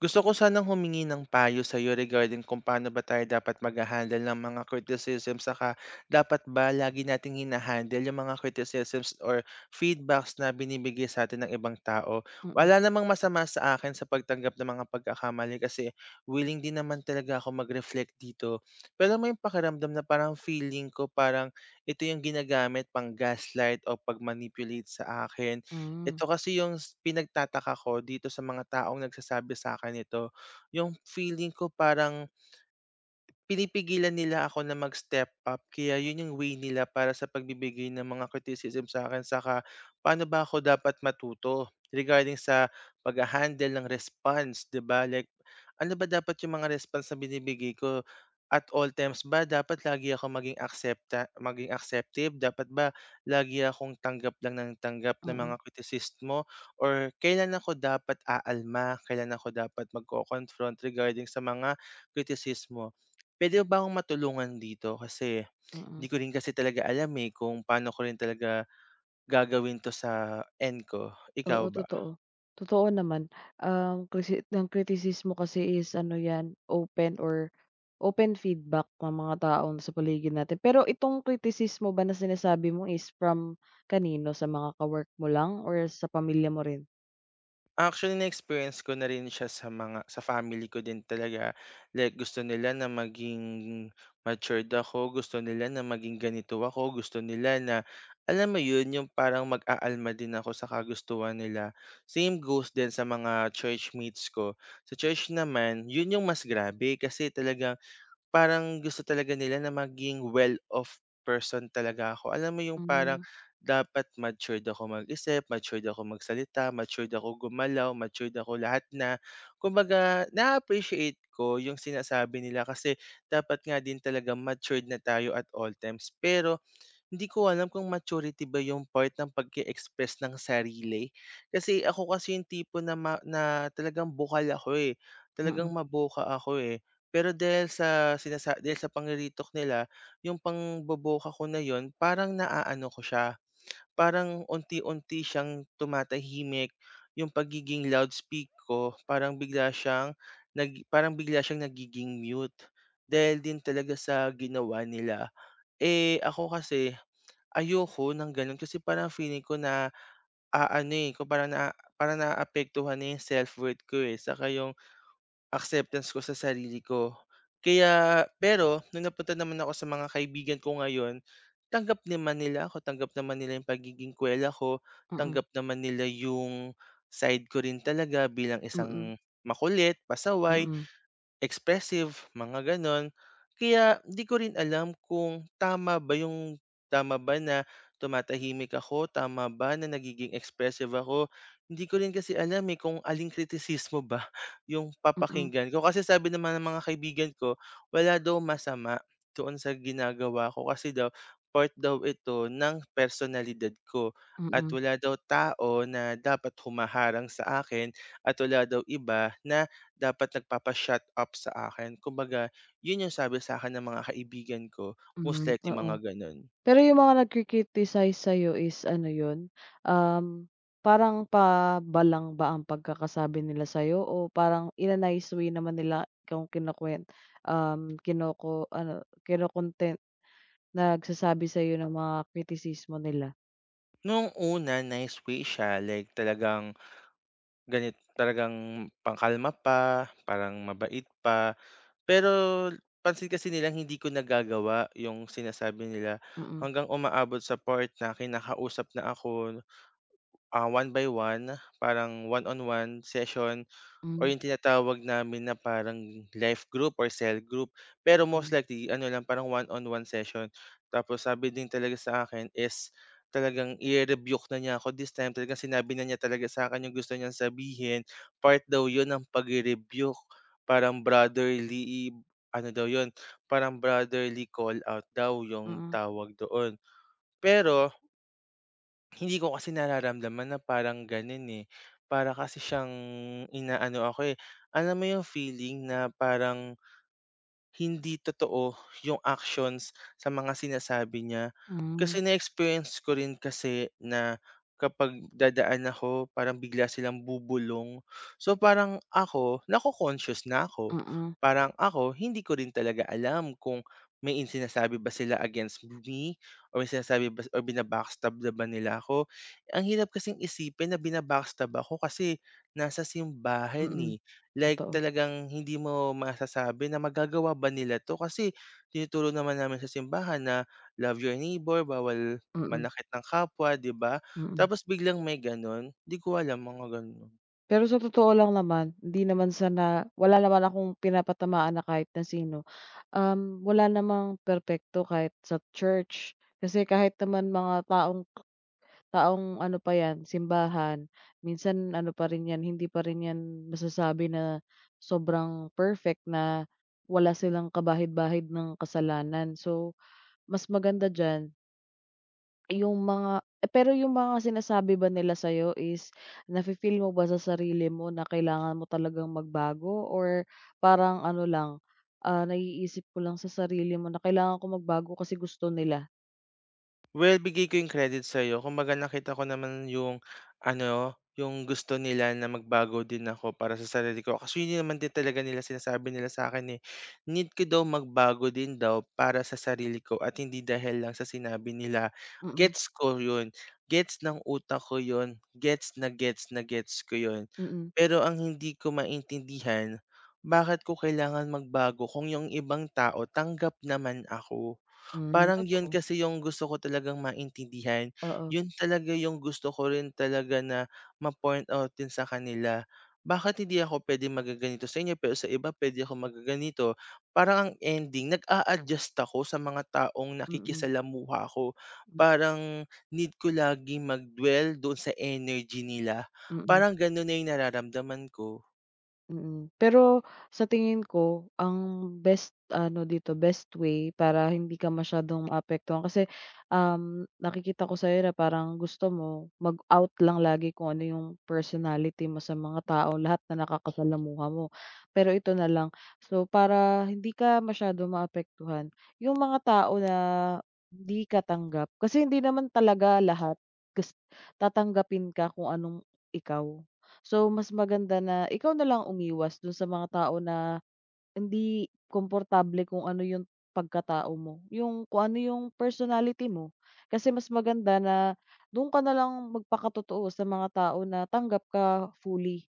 Gusto ko sanang humingi ng payo sa'yo regarding kung paano ba tayo dapat magha-handle ng mga criticism, saka dapat ba lagi nating yung mga criticisms or feedbacks na binibigay sa'tin ng ibang tao. Mm, Wala namang masama sa akin sa pagtanggap ng mga pagkakamali, kasi willing din naman talaga ako mag-reflect dito. Pero may pakiramdam na parang feeling ko parang ito yung ginagamit pang gaslight o pag-manipulate sa akin. hmm, Ito kasi yung pinagtataka ko dito sa mga taong nagsasabi sa akin nito, yung feeling ko parang pinipigilan nila ako na mag-step up, kaya yun yung way nila para sa pagbibigay ng mga criticism sa akin. Saka paano ba ako dapat matuto regarding sa pagha-handle ng response, 'di ba? Like, ano ba dapat yung mga response na binibigay ko? At all times ba dapat lagi ako maging accepta maging acceptive? Dapat ba lagi akong tanggap lang ng tanggap ng mga mm, kritisismo, or kailan ako dapat aalma? Kailan ako dapat magko-confront regarding sa mga kritisismo? Puwede mo ba akong matulungan dito? Kasi hindi mm. ko rin kasi talaga alam, eh, kung paano ko rin talaga gagawin 'to sa end ko. Ikaw Oo, ba? totoo. Totoo naman, ang krisi ang kritisismo kasi is ano 'yan, open or open feedback ng mga tao sa paligid natin. Pero itong kritisismo ba na sinasabi mo is from kanino, sa mga ka-work mo lang or sa pamilya mo rin? Actually, na-experience ko na rin siya sa sa family ko din talaga. Like gusto nila na maging matured ako, gusto nila na maging ganito ako, gusto nila na, alam mo 'yun, yung parang mag-aalma din ako sa kagustuhan nila. Same goes din sa mga churchmates ko. Sa church naman, 'yun yung mas grabe kasi talagang parang gusto talaga nila na maging well-off person talaga ako. Alam mo yung parang Hmm, dapat matured ako mag-isip, matured ako magsalita, matured ako gumalaw, matured ako lahat na. Kumbaga, na-appreciate ko yung sinasabi nila, kasi dapat nga din talaga matured na tayo at all times. Pero hindi ko alam kung maturity ba yung part ng pag-e-express ng sarili. Kasi ako kasi yung tipo na na talagang bukal ako, eh, talagang mm, maboka ako, eh. Pero dahil sa panriritok nila, yung pangboboka ko na yon, parang naaano ko siya, parang unti-unti siyang tumatahimik. Yung pagiging loudspeak ko parang bigla siyang nagiging mute dahil din talaga sa ginawa nila. Eh, ako kasi ayoko ng gano'n kasi parang feeling ko na aano, eh, kung parang parang naapektuhan na 'yung self-worth ko, eh, saka 'yung acceptance ko sa sarili ko. Kaya pero nung napunta naman ako sa mga kaibigan ko ngayon, tanggap naman nila ako, tanggap naman nila 'yung pagiging kuwela ko, mm, tanggap naman nila 'yung side ko rin talaga bilang mm, isang makulit, pasaway. mm, Expressive, mga gano'n. Kaya di ko rin alam kung tama ba na tumatahimik ako, tama ba na nagiging expressive ako? Hindi ko rin kasi alam, eh, kung aling kritisismo ba yung mm, papakinggan ko. Kasi sabi naman ng mga kaibigan ko, wala daw masama doon sa ginagawa ko, kasi daw part daw ito ng personalidad ko, at mm, wala daw tao na dapat humaharang sa akin, at wala daw iba na dapat nagpapa-shut up sa akin, kumbaga, yun yung sabi sa akin ng mga kaibigan ko, most mm, mm, likely oo. mga gano'n. Pero yung mga nagki-criticize sa'yo is ano yun, um, parang pabalang ba ang pagkakasabi nila sa'yo o parang in a nice way naman nila kung kinukuwen um, kinoko ano, nagsasabi sa'yo ng mga kritisismo nila? Noong una nice way siya, like talagang talagang pangkalma pa, parang mabait pa, pero pansin kasi nilang hindi ko nagagawa yung sinasabi nila, Mm, hanggang umaabot sa part na kinakausap na ako, ah, one by one, parang one-on-one session. Or hmm, yung tinatawag namin na parang life group or cell group. Pero hmm, most likely ano lang parang one-on-one session. Tapos sabi din talaga sa akin is talagang i-rebuke na niya ako this time, talagang sinabi na niya talaga sa akin yung gusto niyang sabihin. Part daw yun ng pag rebuke, parang brotherly ano daw yun, parang brotherly call out daw yung mm, tawag doon. Pero hindi ko kasi nararamdaman na parang gano'n, eh. Para kasi siyang inaano ako, eh. Alam mo yung feeling na parang hindi totoo yung actions sa mga sinasabi niya. hmm, Kasi na-experience ko rin kasi na kapag dadaan ako parang bigla silang bubulong. So parang ako, nako-conscious na ako. mm, Parang ako, hindi ko rin talaga alam kung may sinasabi ba sila against me, or may sinasabi ba or bina-backstab na ba nila ako. Ang hirap kasing isipin na bina-backstab ako, kasi nasa simbahan, mm, eh. Like totoo, talagang hindi mo masasabi na magagawa ba nila 'to, kasi tinuturo naman namin sa simbahan na love your neighbor, bawal mm, manakit ng kapwa, 'di ba? mm. Tapos biglang may gano'n, 'di ko alam mga gano'n. Pero sa totoo lang naman, hindi naman sa na wala naman akong pinapatamaan na kahit na sino. Wala namang perpekto kahit sa church. Kasi kahit naman mga taong taong ano pa 'yan, simbahan, minsan ano pa rin 'yan, hindi pa rin 'yan masasabi na sobrang perfect na wala silang kabahid-bahid ng kasalanan. So, mas maganda diyan pero yung mga sinasabi ba nila sa'yo is nafi-feel mo ba sa sarili mo na kailangan mo talagang magbago or parang ano lang, naiisip ko lang sa sarili mo na kailangan ko magbago kasi gusto nila? Well, bigay ko yung credit sa'yo. Kumbaga nakita ko naman yung ano, yung gusto nila na magbago din ako para sa sarili ko. Kasi yun naman din talaga nila sinasabi nila sa akin, eh. Need ko daw magbago din daw para sa sarili ko at hindi dahil lang sa sinabi nila. Mm, Gets ko yun. Gets ng utak ko yun. Gets na gets na gets ko yun. mm. Pero ang hindi ko maintindihan, bakit ko kailangan magbago kung yung ibang tao tanggap naman ako? Hmm, Parang yun totoo. kasi yung gusto ko talagang maintindihan, Oo, yun talaga yung gusto ko rin talaga na ma-point out din sa kanila. Bakit hindi ako puwedeng magaganito sa inyo pero sa iba puwede ako magaganito? Parang ang ending nag-a-adjust ako sa mga taong mm, nakikisalamuha ko. Parang need ko lagi mag-dwell dun sa energy nila. mm. Parang ganun na yung nararamdaman ko. Mm, pero sa tingin ko ang best ano dito, best way para hindi ka masyadong maapektuhan kasi, nakikita ko sa'yo na parang gusto mo mag-out lang lagi kung ano yung personality mo sa mga tao, lahat na nakakasalamuha mo. Pero ito na lang, so para hindi ka masyadong maapektuhan, yung mga tao na hindi ka tanggap kasi hindi naman talaga lahat gus tatanggapin ka kung anong ikaw. So, mas maganda na ikaw na lang umiwas dun sa mga tao na hindi komportable kung ano yung pagkatao mo, yung kung ano yung personality mo. Kasi mas maganda na dun ka na lang magpakatotoo sa mga tao na tanggap ka fully.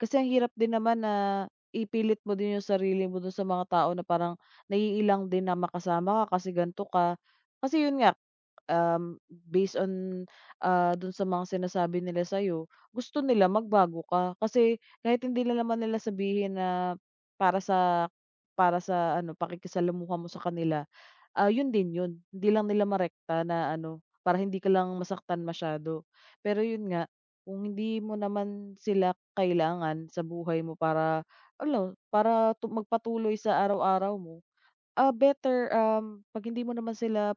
Kasi ang hirap din naman na ipilit mo din yung sarili mo dun sa mga tao na parang naiilang din na makasama ka kasi ganito ka. Kasi yun nga, based on, dun sa mga sinasabi nila sa'yo, gusto nila magbago ka. Kasi kahit hindi na naman nila sabihin na para sa para sa ano, pakikisalamuha mo sa kanila, ah, yun din yun. Hindi lang nila marekta na ano, para hindi ka lang masaktan masyado. Pero yun nga, kung hindi mo naman sila kailangan sa buhay mo para ano, para magpatuloy sa araw-araw mo. Better, 'pag hindi mo naman sila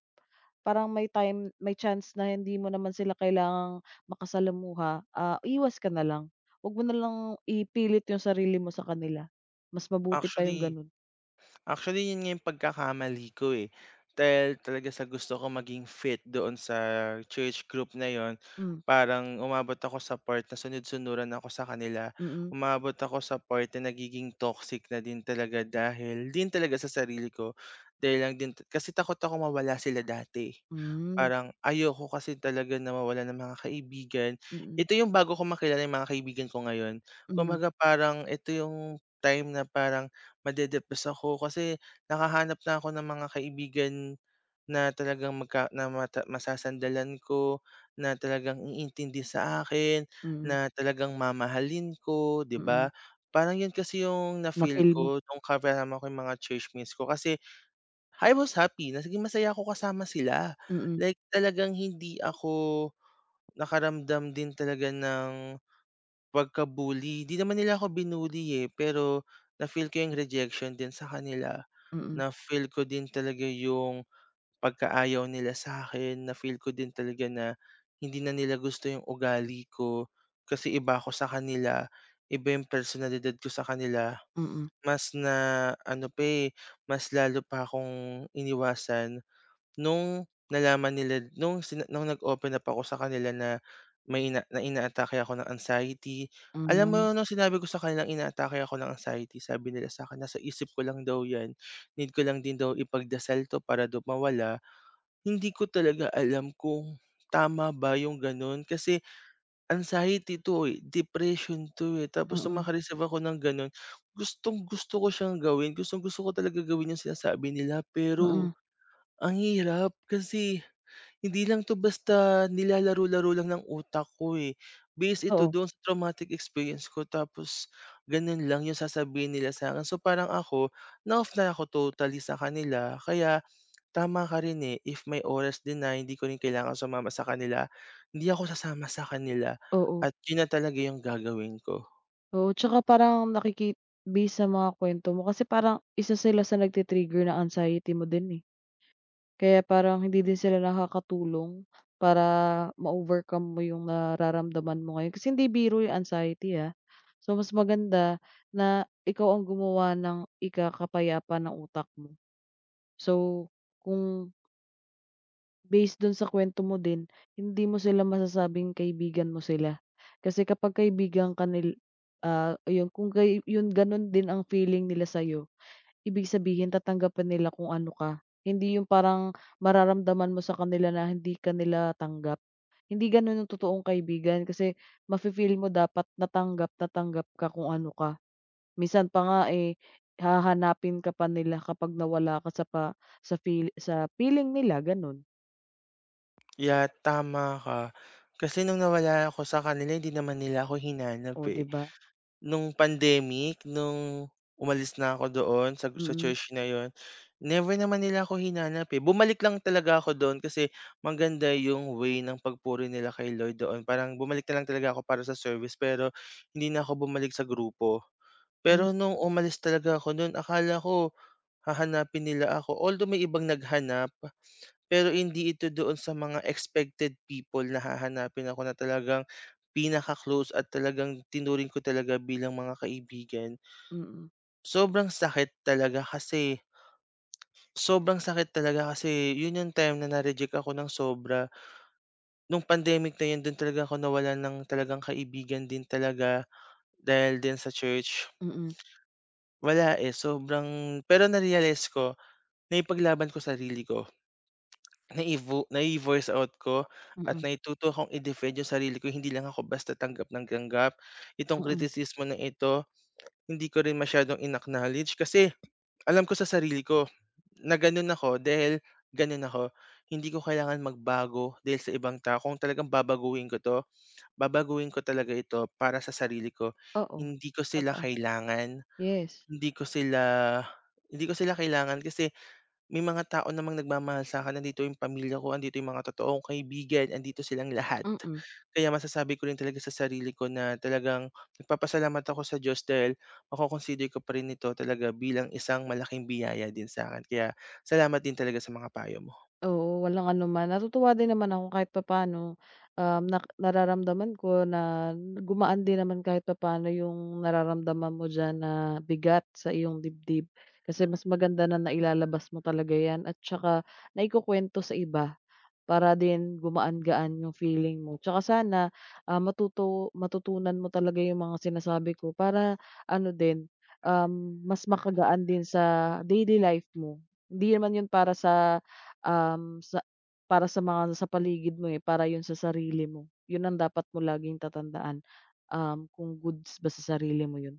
parang may chance na hindi mo naman sila kailangang makasalamuha, iwas ka na lang. Huwag mo na lang ipilit yung sarili mo sa kanila. Mas mabuti pa yung Actually gano'n. Actually, yun nga yung pagkakamali ko, eh. Dahil talaga sa gusto ko maging fit doon sa church group na yon, Hmm, parang umabot ako sa part na sunod-sunuran ako sa kanila. mm. Umabot ako sa part na nagiging toxic na din talaga dahil din talaga sa sarili ko. Dahil lang din, kasi takot ako mawala sila dati. Hmm, Parang ayoko kasi talaga na mawala ng mga kaibigan. mm, Ito yung bago ko makilala yung mga kaibigan ko ngayon. mm, Kumbaga parang ito yung time na parang made-depress ako kasi nakahanap na ako ng mga kaibigan na talagang magka na mata masasandalan ko, na talagang iintindi sa akin, mm, na talagang mamahalin ko, 'di mm. ba? Parang 'yun kasi 'yung na-feel Na-feel mo, ko nung kasama ko 'yung mga churchmates ko, kasi I was happy, na naging masaya ako kasama sila. mm, Like talagang hindi ako nakaramdam din talaga ng pagka-bully, 'di naman nila ako binully, eh, pero na-feel ko yung rejection din sa kanila. mm, Na-feel ko din talaga yung pagkaayaw nila sa'kin, na-feel ko din talaga na hindi na nila gusto yung ugali ko, kasi iba ako sa kanila, iba yung personalidad ko sa kanila. mm, Mas na ano pa, eh, mas lalo pa akong iniwasan. Nung nalaman nila nung sina nung nag-open up ako sa kanila na may inaatake ako ng anxiety, alam hmm, mo nung sinabi ko sa kanilang inaatake ako ng anxiety, sabi nila sa'kin nasa isip ko lang daw 'yan, need ko lang din daw ipagdasal 'to para daw mawala. Hindi ko talaga alam kung tama ba yung gano'n, kasi anxiety 'to, eh, depression 'to, eh, tapos nung mm, maka ako ng gano'n, gustong-gusto ko siyang gawin, gustong-gusto ko talaga gawin yung sinasabi nila, pero mm. ang hirap kasi hindi lang 'to basta nilalaro-laro lang ng utak ko, eh. Based ito Totoo, do'n sa traumatic experience ko, tapos gano'n lang 'yung sasabihin nila sa'kin. So, parang ako, na-off na ako totally sa kanila. Kaya tama ka rin, eh, if may oras din na hindi ko rin kailangan sumama sa kanila, hindi ako sasama sa kanila, oo, at 'yun na talaga 'yung gagawin ko. oo. Tsaka parang based sa mga kuwento mo kasi parang isa sila sa nagti-trigger ng anxiety mo din, eh. Kaya parang hindi din sila nakakatulong para ma-overcome mo yung nararamdaman mo ngayon. Kasi hindi biro yung anxiety, ah. So, mas maganda na ikaw ang gumawa ng ikakapayapa ng utak mo. So, kung based dun sa kuwento mo din, hindi mo sila masasabing kaibigan mo sila. Kasi kapag kaibigan ka ayun kung kay yun ganun din ang feeling nila sa'yo, ibig sabihin tatanggapin nila kung ano ka, hindi yung parang mararamdaman mo sa kanila na hindi ka nila tanggap. Hindi gano'n ang totoong kaibigan kasi mafi-feel mo dapat natanggap tanggap na tanggap ka kung ano ka. Minsan pa nga, eh, hahanapin ka pa nila kapag nawala ka sa pa sa feel sa feeling nila gano'n, Yeah, tama ka. Kasi nung nawala ako sa kanila hindi naman nila ako hinanap, o 'di eh. ba? Nung pandemic, nung umalis na ako doon sa Mm, church na yon, never naman nila ako hinanap, eh. Bumalik lang talaga ako doon kasi maganda yung way ng pagpuri nila kay Lord doon. Parang bumalik na lang talaga ako para sa service, pero hindi na ako bumalik sa grupo. hmm, Pero nung umalis talaga ako noon akala ko hahanapin nila ako, although may ibang naghanap. Pero hindi ito doon sa mga expected people na hahanapin ako, na talagang pinaka-close at talagang tinuring ko talaga bilang mga kaibigan. mm, Sobrang sakit talaga kasi Sobrang sakit talaga, kasi yun yung time na na-reject ako ng sobra. Nung pandemic na yun, doon talaga ako nawala ng talagang kaibigan din talaga dahil din sa church. mm, Wala, eh, sobrang, pero na-realize ko na ipaglaban ko sarili ko. Nai-voice out ko at mm, naituto akong i-defend yung sarili ko, hindi lang ako basta tanggap ng tanggap. Itong mm, kritisismo na ito, hindi ko rin masyadong in-acknowledge, kasi alam ko sa sarili ko na gano'n ako dahil gano'n ako. Hindi ko kailangan magbago dahil sa ibang tao. Kung talagang babaguhin ko 'to, babaguhin ko talaga ito para sa sarili ko. oo, Hindi ko sila totoo, kailangan, yes, hindi ko sila hindi ko sila kailangan kasi may mga tao namang nagmamahal sa'kin, nandito yung pamilya ko, andito yung mga totoong kaibigan, andito silang lahat. mm. Kaya masasabi ko rin talaga sa sarili ko na talagang nagpapasalamat ako sa Diyos dahil mako ko pa rin ito talaga bilang isang malaking biyaya din sa akin. Kaya salamat din talaga sa mga payo mo. Oo, walang anuman. Natutuwa din naman ako kahit papaano, um, nak nararamdaman ko na gumaan din naman kahit papaano yung nararamdaman mo diyan na bigat sa iyong dibdib. Kasi mas maganda na nailalabas mo talaga 'yan at saka naikukuwento sa iba. Para din gumaan-gaan yung feeling mo. Tsaka sana, ah, matuto matutunan mo talaga yung mga sinasabi ko para ano din, mas makagaan din sa daily life mo. Hindi naman yun um, sa para sa mga sa paligid mo, eh, para yun sa sarili mo. Yun ang dapat mo laging tatandaan, kung goods ba sa sarili mo yun.